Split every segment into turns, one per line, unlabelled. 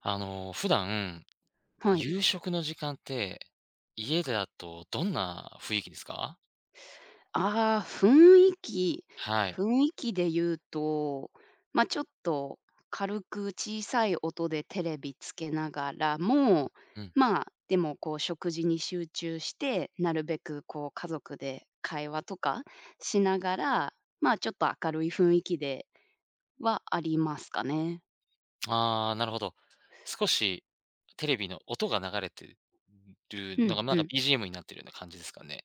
普段、
はい。
夕食の時間って、家だとどんな雰囲気ですか？
ああ、雰囲気
はい。
で言うと、ま、ちょっと軽く小さい音でテレビつけながらも、
うん。
まあ、でもこう食事に集中して、なるべくこう家族で会話とかしながら、まあ、ちょっと明るい雰囲気ではありますかね。
ああ、なるほど。少しテレビの音が流れてる
う
の
ん
が、
うん。
BGM になってるような感じですかね？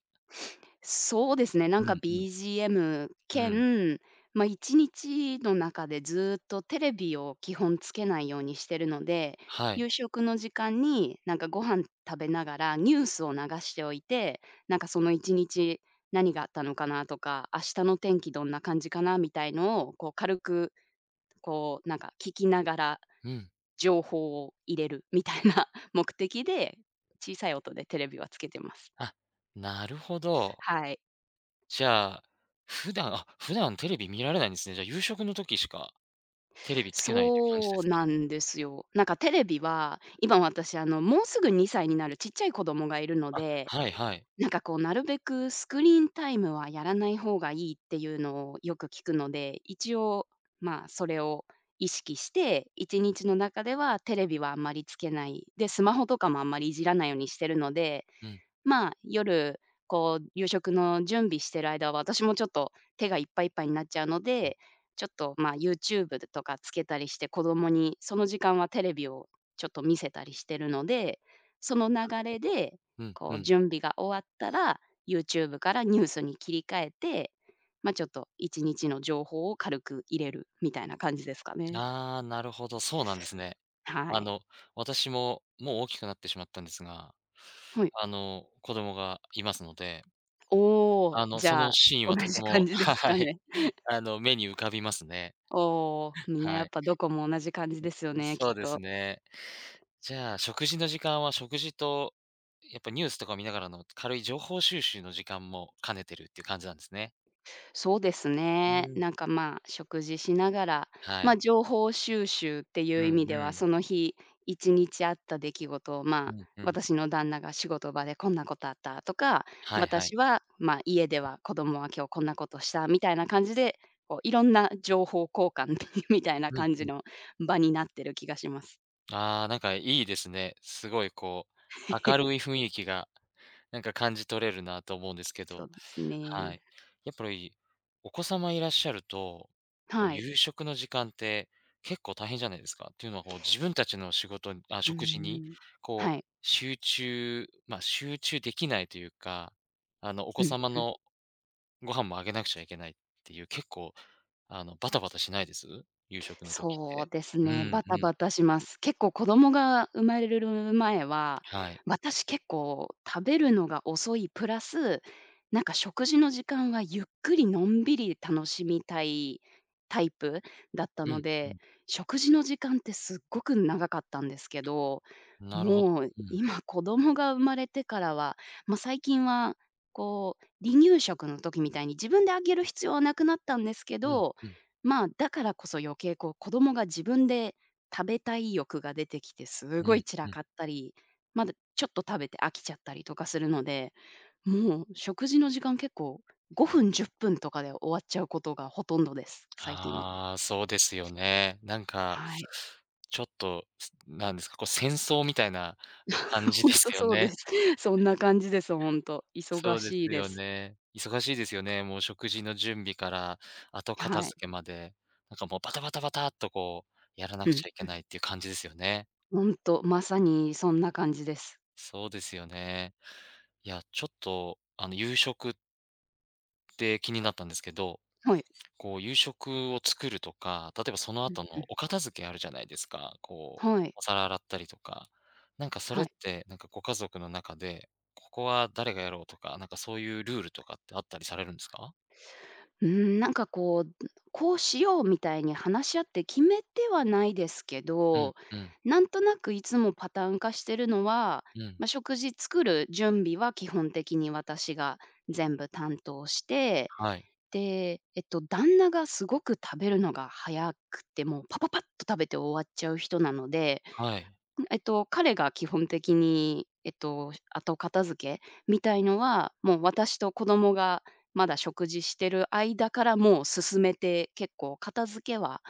そうですね、な
う
んか
んうん。
BGM
うん。
兼、まあ、1日の中でずーっとテレビを基本つけないようにしてるので、
はい。
夕食の時間になんかご飯食べながらニュースを流しておいて、なんかその1日何があったのかなとか、明日の天気どんな感じかなみたいのをこう軽くこうなんか聞きながら
うん。
情報を入れるみたいな 目的で、小さい音でテレビはつけてます。
あ、なるほど。
はい。
じゃあ、普段テレビ見られないんですね。じゃあ、夕食の時しかテレビつけないという感じで
そ
す
う
か？
なんですよ。なんかテレビは、今私あの、もうすぐ2歳になるちっちゃい子供がいるので、
はいはい。
なんかこうなるべくスクリーンタイムはやらない方がいいっていうのをよく聞くので、一応、まあ、それを意識して、1日の中ではテレビはあんまりつけない、で、スマホとかもあんまりいじらないようにしてるので、
うん、なる
まあ、夜、こう、夕食の準備してる間は、私もちょっと手がいっぱいいっぱいになっちゃうので、ちょっと、まあ、YouTube とかつけたりして、子供にその時間はテレビをちょっと見せたりしてるので、その流
ほ
れ
ど。
で、
うん
こ
う
う、
ん。
準備が終わったら、YouTube からニュースに切り替えて、ま、ちょっと1日の情報を軽く入れるみたいな感じですかね。
ああ、なるほど、そうなんですね。
は
あ
い。
の、私も、もう大きくなってしまったんですが、
はい。
子供がいますので、
おお、じ
その
ゃあ、
シーン
同
はとて
じ
も、
感 じです
は
か
い、
ね。
目に浮かびますね。
おお、みんな
は
やっ
い。
ぱどこも同じ感じですよね、きっ
そうです
と。
ね。じゃあ、食事の時間は食事と、やっぱニュースとか見ながらの軽い情報収集の時間も兼ねてるっていう感じなんですね。
そうです
う
ね。
ん。
なんか、まあ、食事しながら、
は
ま
い。
あ、情報収集って
う
いう意味
んう
では、
ん。
その日一日あった出来事を、ま
う
あ、
んうん。
私の旦那が仕事場でこんなことあったとか、
はいはい。
私は、まあ、家では子供は今日こんなことしたみたいな感じで、こういろんな情報交換 みたいな
うん
感
う
じの
ん。
場になってる気がします。
ああ、なんかいいですね。すごい、明るい 雰囲気がなんか感じ取れるなと思うんですけ
そう
ど、
です
は
ね。
い。やっぱりお子様いらっしゃると、こう
はい。
夕食の時間って結構大変じゃないですか？っていうのはこう自分たちの仕事にあ、
う
食事に
ーん。
こ
は
う
い。
集中できないというか、お
う
子
ん。
様のご飯もあげなくちゃいけないっていう、結構バタバタしないです？夕食の時っ
そ
て。
うです
う
ね、
ん
バ
う
タ
ん。
バタします。結構子供が生まれる前は、
はい。
私結構食べるのが遅いプラス、なんか食事の時間はゆっくりのんびり楽しみたいタイプだった
うんうん。
ので、食事の時間ってすっごく長かったんですけど、
なるほど。
もう
うん。
今子供が生まれてからは、まあ、最近はこう離乳食の時みたいに自分であげる必要はなくなったんですけ
うん
ど、
うん。
まあ、だからこそ余計こう、子供が自分で食べたい欲が出てきて、す
う
ご
ん
い散
う
ら
ん。
かったり、まだちょっと食べて飽きちゃったりとかするので、もう食事の時間結構5分、10分とかで終わっちゃうことがほとんどです、最近は。
ああ、そうですよね。なんか、
はい。
ちょっと、すなんですか、こう戦争みたいな感 じ
ほ
で
ん
す
と
よ
そうで
ね。
す。そんな感じです、ほんと。忙
そうで
しい
す
で
よ
す。
ね。忙しいですよね。もう食事の準備から後片
はい。
付けまで、なんかもうバタバタバタっとこうやらな
う
くち
ん。
ゃいけないっていう感じですよね。
ほんと、まさにそんな感じです。
そうですよね。いや、ちょっとあの夕食って気になったんですけど
はい。
こう夕食を作るとか、例えばその
うん
後
う
の
ん。
お片付けあるじゃないですか。こう、
はい。
お皿洗ったりとか。なんかそれ
は
っ
い。
て、なんかご家族の中で、ここは誰がやろうとか、なんかそういうルールとかってあったりされるんですか？
うーん、なんかこう、こうしようみたいに話し合って決めてはないですけ
うん、
ど、
うん、
なんとなくいつもパターン化してるのは、
うん。
まあ、食事作る準備は基本的に私が全部担当して、
はい、
で、旦那がすごく食べるのが早くて、もうパパパッと食べて終わっちゃう人なので、
はい。
彼が基本的に、後片付けみたいのは、もう私と子供がまだ食事してる間からもう進めて、結構片付けは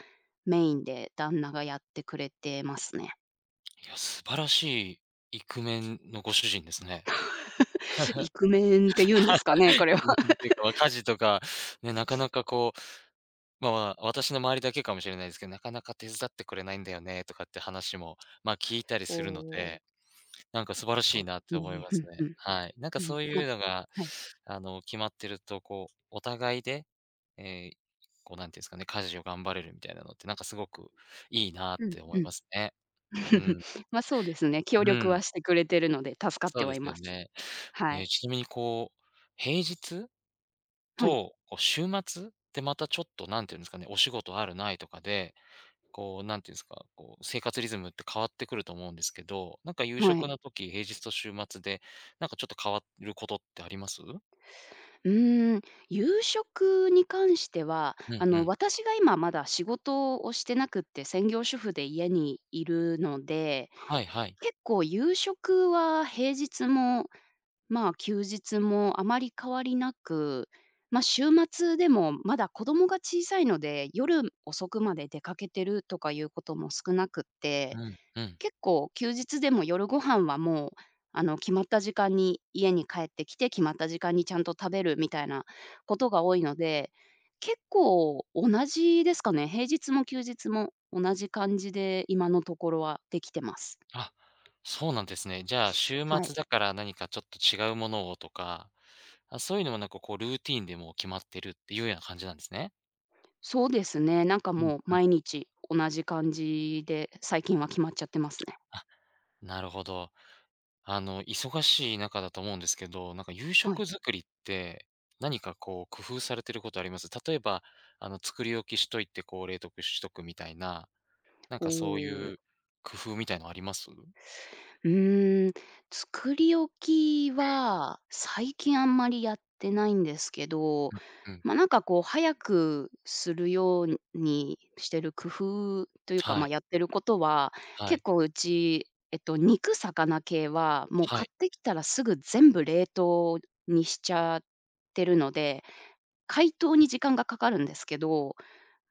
メインで旦那がやってくれてますね。
いや、素晴らしいイクメンのご主人ですね。
イクメンって言うんですかね、これは。
っていうか、ま家事とか、ね、なかなか、私の周りだけかもしれないですけど、なかなか手伝ってくれないんだよねとかって話も、ま、聞いたり
お
するので
お、
なんか素晴
ま、
らし
そ
い
うで
なっ
す
て思い
ね。
ま
う
す
ん
ね。
うん。
はい。なんか
うん、
そう
ま
いうのが、
はい。
決まってると、こう、お互いで、ええ、こう、なんていうんですかね、家事を頑張れるみたいなのって、なんかすごくいいなっ
うん
て思
う
い
ん。
ますね。うん。
ま、そうですね、協
う
力
ん。
はしてくれてるので助かっ
そう
て
で
は
す
い
よ
ます。
ね。
は
え
い。
ちなみにこう、平日
はい、
と、こう、週末ってまたちょっと、なんていうんですかね、お仕事あるないとかで、こう、なんていうんですか、こう、生活リズムって変わってくると思うんですけど、なんか夕
は
食
い。
の時、平日と週末で、なんかちょっと変わることってあります？
うーん、夕食に関しては、
う
あ
んう
の、
ん。
私が今まだ仕事をしてなくって専業主婦で家にいるので、
はいはい。
結構夕食は平日も、まあ、休日もあまり変わりなく、ま、週末でもまだ子供が小さいので、夜遅くまで出かけてるとかいうことも少なくっ
う
て、
んうん。
結構休日でも夜ご飯はもう、あの、決まった時間に家に帰ってきて、決まった時間にちゃんと食べるみたいなことが多いので、結構同じですかね。平日も休日も同じ感じで今のところはできてます。
あ、そうなんですね。じゃあ、週
はい。
末だから何かちょっと違うものをとか、あ、そういうのもなんかこうルーティンでもう決まってるっていうような感じなんですね。
そうですね。なんか
うん
もう
う
毎
ん。
日同じ感じで、最近は決まっちゃってますね。
あ、なるほど。忙しい中だと思うんですけど、なんか夕
は
食
い。
作りって、何かこう工夫されてることあります？例えば、作り置きしといて、こう冷凍しとくみたいな、なん
お
かそう
お。
いう工夫みたいのあります？うん。
うーん、作り置きは最近あんまりやってないんですけど、
うんうん。
ま、なんかこう早くするようにしてる工夫というか、
は
ま、
い、
やってることは、
はい、
結構うち、肉、魚系はもう
は
買
い。
ってきたらすぐ全部冷凍にしちゃってるので、解凍に時間がかかるんですけど、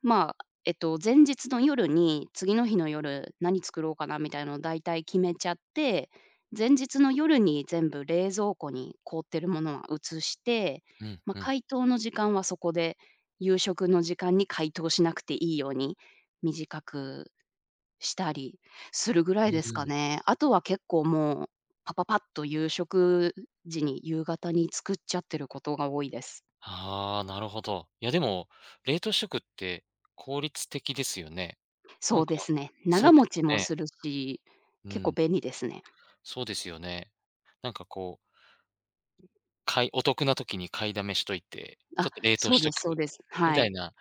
まあ、前日の夜に、次の日の夜、何作ろうかなみたいのを大体決めちゃって、前日の夜に全部冷蔵庫に凍ってるものは移して、
うん、
まあ、
うん。
解凍の時間はそこで、夕食の時間に解凍しなくていいように短くしたりするぐら
う
いですか
ん。
ね。あとは結構もう、パパパッと夕食時に、夕方に作っちゃってることが多いです。
ああ、なるほど。いやでも、冷凍食って効率的ですよね。な
そ
ん
う
か
ですね。
そ
長
うで
持
す
ち
よ
も
ね。
するし、
う
結構
ん、
便利ですね。
そうですよね。なんかこうお得な時に買いだめしといて、ちょ
あ、
っと冷凍
そう
しと
ですそう
く
です。
み
は
たい
い。
な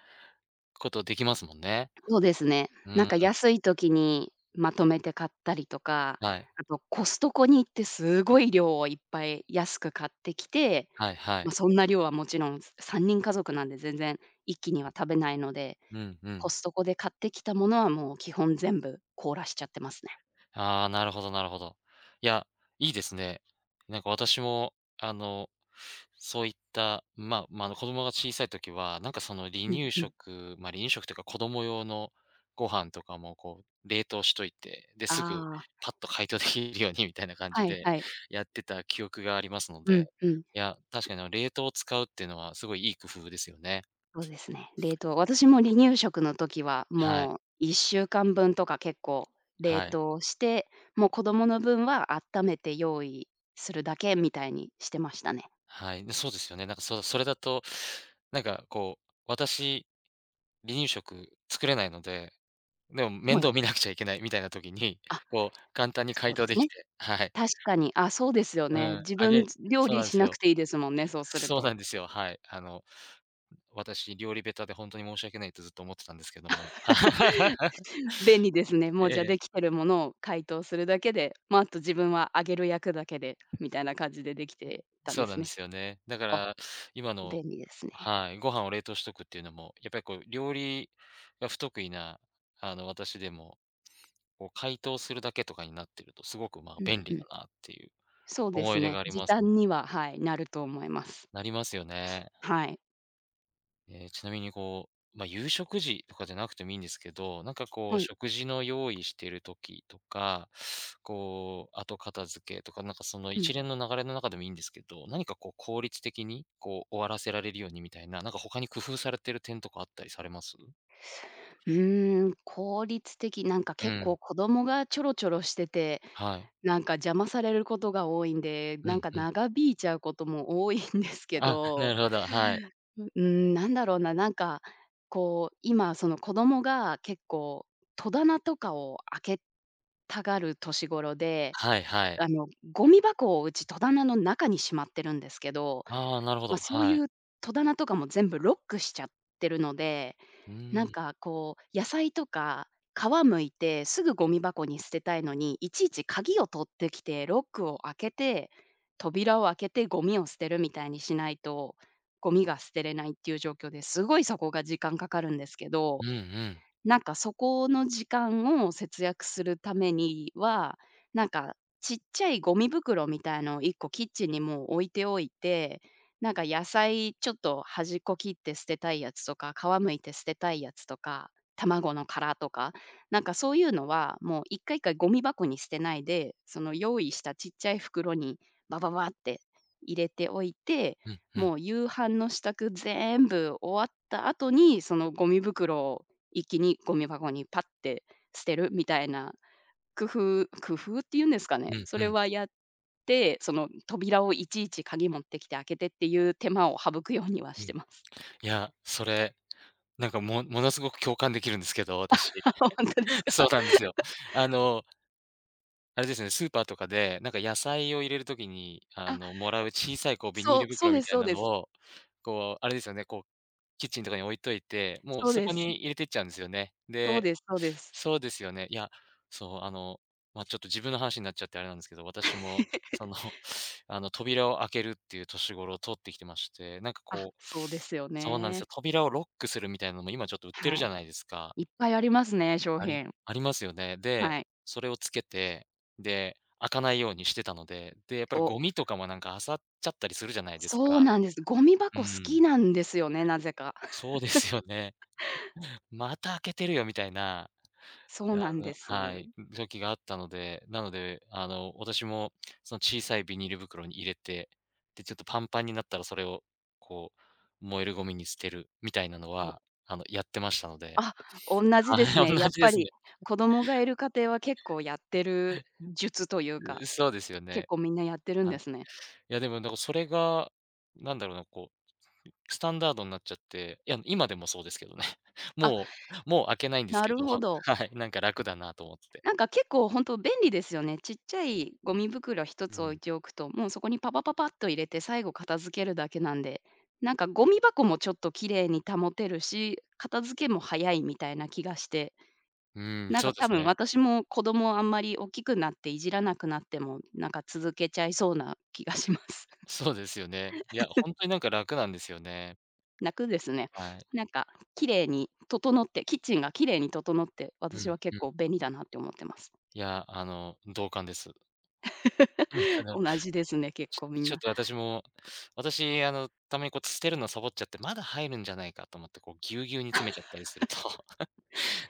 ことできますもんね。
そうですね。
う
なん
ん、
か安い時にまとめて買ったりとか、
はい。
あとコストコに行ってすごい量をいっぱい安く買ってきて、
はいは
ま、
い。
そんな量はもちろん3人家族なんで全然一気には食べないので、
うんう
コ
ん
ストコで買ってきたものはもう基本全部凍らしちゃってますね。
ああ、なるほど、なるほど。いや、いいですね。私も、そういった、まあ、子供が小さい時は、なんかその離
うん
乳
うん。
食、まあ、離乳食というか子供用のご飯とかもこう冷凍しといて、で、すぐ
ああ、
パッと解凍できるようにみたいな感じ
はい
で
はい。
やってた記憶がありますの
うん
で、
うん。
いや、確かにあの冷凍を使うっていうのはすごいいい工夫ですよね。
そうですね。冷凍私も離乳食の時は、
はい。
もう1週間分とか結構冷
はい。
凍して、もう子供の分は温めて用意するだけみたいにしてましたね。
はい。で、そうですよね。なんかそれだと、なんかこう、私離乳食作れないので、でも面
はい。
倒見なくちゃいけないみたいな時に、
あ、
こう簡単に解
そうで
凍で
す
き
ね。
て、はい。
確かに、あ、そうですよ
う
ね。
ん、
自
揚げ
分料
そうな
理
んで
し
す
な
よ。
くていいですもんね、そうする
そう
と。
なんですよ、はい。私料理下手で本当に申し訳ないとずっと思ってたんですけども。
便利ですね。もう
え
じゃあ
え、
できてるものを解凍するだけで、まあ、あと自分は揚げる焼くだけでみたいな感じでできてたん
そ
で
うな
す
んで
ね。
すよね。だか
あ、
ら今の
便利ですね。
はい、ご飯を冷凍しとくっていうのも、やっぱりこう料理が不得意な、私でも、こう解凍するだけとかになってると、すごく、まあ、
うん
便
う
利だ
ん。
なっていう
そうで
思
す
い出が
ね。
あり
時
ます。
短には、はい、なると思います。
なりますよね。
はい。
ええ、ちなみにこう、まあ、夕食時とかじゃなくてもいいんですけど、なんかこう
はい。
食事の用意してる時とか、こう後片付けとか、なんかその
う
一
ん。
連の流れの中でもいいんですけど、何かこう効率的に、こう終わらせられるようにみたいな、なんか他に工夫されてる点とかあったりされます？
うーん、効率的、なんか
う
結
ん、
構子供がちょろちょろしてて、
はい。
なんか邪魔されることが多いんで、
う
なん
ん
か
うん。
長引いちゃうことも多いんですけ
あ、な
ど、
るほど、はい。
うーん、なんだろうな、なんか、こう、今その子供が結構戸棚とかを開けたがる年頃で、
はいはい。
あの、ゴミ箱をうち戸棚の中にしまってるんですけど、
ああ、なるほ
まあ、
ど、
そう
は
い
い。
う戸棚とかも全部ロックしちゃってるので、
う
な
ー
ん
ん。
かこう、野菜とか皮剥いてすぐゴミ箱に捨てたいのに、いちいち鍵を取ってきて、ロックを開けて、扉を開けてゴミを捨てるみたいにしないと、ゴミが捨てれないっていう状況ですごいそこが時間かかるんですけ
う
ど、
んうん。
なんかそこの時間を節約するためには、なんかちっちゃいゴミ袋みたいのを1個キッチンにもう置いておいて、なんか野菜ちょっと端っこ切って捨てたいやつとか、皮むいて捨てたいやつとか、卵の殻とか、なんかそういうのはもう一回一回ゴミ箱に捨てないで、その用意したちっちゃい袋にバババって入れておいて、
うんうん。
もう夕飯の支度全部終わった後に、そのゴミ袋を一気にゴミ箱にパッて捨てるみたいな工夫っていうんですか
う
ね、
ん
そ
う
れ
ん。
はやって、その扉をいちいち鍵持ってきて開けてっていう手間を省くようには
う
して
ん。
ます。
いや、それなんか、ものすごく共感できるんですけど、私。
あ、本当です
そう
か？
なんですよ。あの、あれですね、スーパーとかで、なんか野菜を入れるときに、
あ、
もらう小さいこうビニー
そう、
ル
そ
袋
うで
み
す
たい
そう
な
で
の
す。
を、こう、あれですよね、こう、キッチンとかに置いといて、もう
そう
そ
で
こ
す。
に入れてっちゃうんですよね。
そう
で
ですそうです。
そうですよね。いや、そう、あの、まあ、ちょっと自分の話になっちゃってあれなんですけど、私も、その、扉を開けるっていう年頃を通ってきてまして、なんか
あ、
こう
そうですよ
そうなんです
ね。
よ、扉をロックするみたいなのも今ちょっと売ってる
は
じゃ
い。
ないですか。
いっぱいありますね、商
あり
品。
ありますよね。で、
はい。
それをつけて、で、開かないようにしてたので、で、やっぱり
お、
ゴミとかもなんか漁っちゃったりするじゃないです
そう
か。
なんです。ゴミ
う
箱好
ん。
きなんですよね、なぜか。
そうですよね。また開けてるよみたいな、
そ
あ
うなん
の
で
は
す。
い、時があったので、なので、私もその小さいビニール袋に入れて、で、ちょっとパンパンになったらそれをこう、燃えるゴミに捨てるみたいなのは、やってましたので。
あ、同じで
はい、
す
同
ね。やっ
じで
ぱ
すね。
り子供がいる家庭は結構やってる術というか、
そうですよ
結
ね。
構みんなやってるん
は
で
い。
すね。
いや、でもなんかそれが、なんだろうな、こう、スタンダードになっちゃって、いや、今でもそうですけどね。
あ、
もう開けないんです
な
け
る
ど、
ほ ど。
はい、なんか楽だなと思って。
なんか結構本当便利ですよね。ちっちゃいゴミ袋一
う
つ置
ん。
いておくと、もうそこにパパパパッと入れて最後片付けるだけなんで、なんかゴミ箱もちょっと綺麗に保てるし、片付けも早いみたいな気がして、
うん、
なん
そ
か
うで
多
す
分
ね。
私も子供あんまり大きくなっていじらなくなっても、なんか続けちゃいそうな気がします。
そうですよね。いや、本当になんか楽なんですよね。
なくですね、
はい。
なんか綺麗に整って、キッチンが綺麗に整って、
うん、
私は
う
結
ん。
構便利だなって思ってます。
いや、同感です。あ の、
同じですね、結構みん
ちょっ
な。
と私も、私、たまにこう捨てるのサボっちゃって、まだ入るんじゃないかと思って、こうぎゅうぎゅうに詰めちゃったりすると、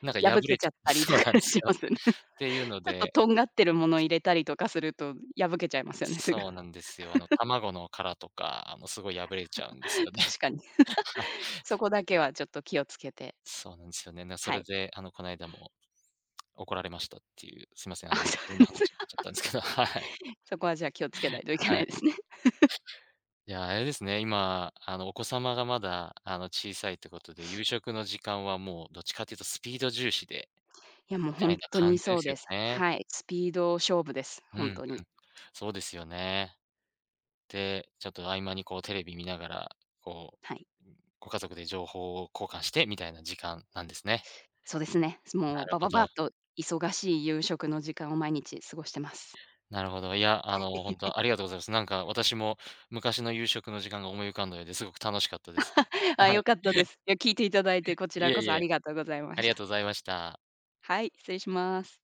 なんか破
破け
れ
ち
ち
ゃ
ゃ
っ
って
たりと
そう
か
なんで す
し
よ。
ます
っ
ね。ちょ
ていうの
っと
で
とんがってるもの入れたりとかすると、破けちゃいますよね、すぐ。
そうなんですよ。卵の殻とか、すごい破れちゃうんですよ ね。
確かに。
はい。
そこだけはちょっと気をつけて、
そうなんですよね。な、そ
は
れ
い。
で、こないだも怒られましたっていう、すいません、
あ、
自
そ
分
う
の
なんです。
話になっちゃったんですけど、はい。
そこはじゃあ気をつけないといけ
は
ない
い。
ですね。
いや、あれですね、今、お子様がまだ、小さいってことで、夕食の時間はもうどっちかっていうとスピード重視で、
いやもう
みた
本
いな
当
感
に
じで
そう
す
で
よ
す。
ね。
はい、スピード勝負です、
う
本
ん、
当に。
そうですよね。で、ちょっと合間にこうテレビ見ながら、こ
はい。
う、ご家族で情報を交換してみたいな時間なんですね。
そうですね。
な
もう
る
バ
ほ
バ
ど。
バッと忙しい夕食の時間を毎日過ごしてます。
なるほど。いや、本当ありがとうございます。なんか私も昔の夕食の時間が思い浮かんだようですごく楽しかったです。
あ、
はい。
良かったで す。いや、聞いていただいて、こち
い
ら
え
こ
い
そあ
え、
りがとうございま
あり
し
が
た。
とうございました。
はい、失礼します。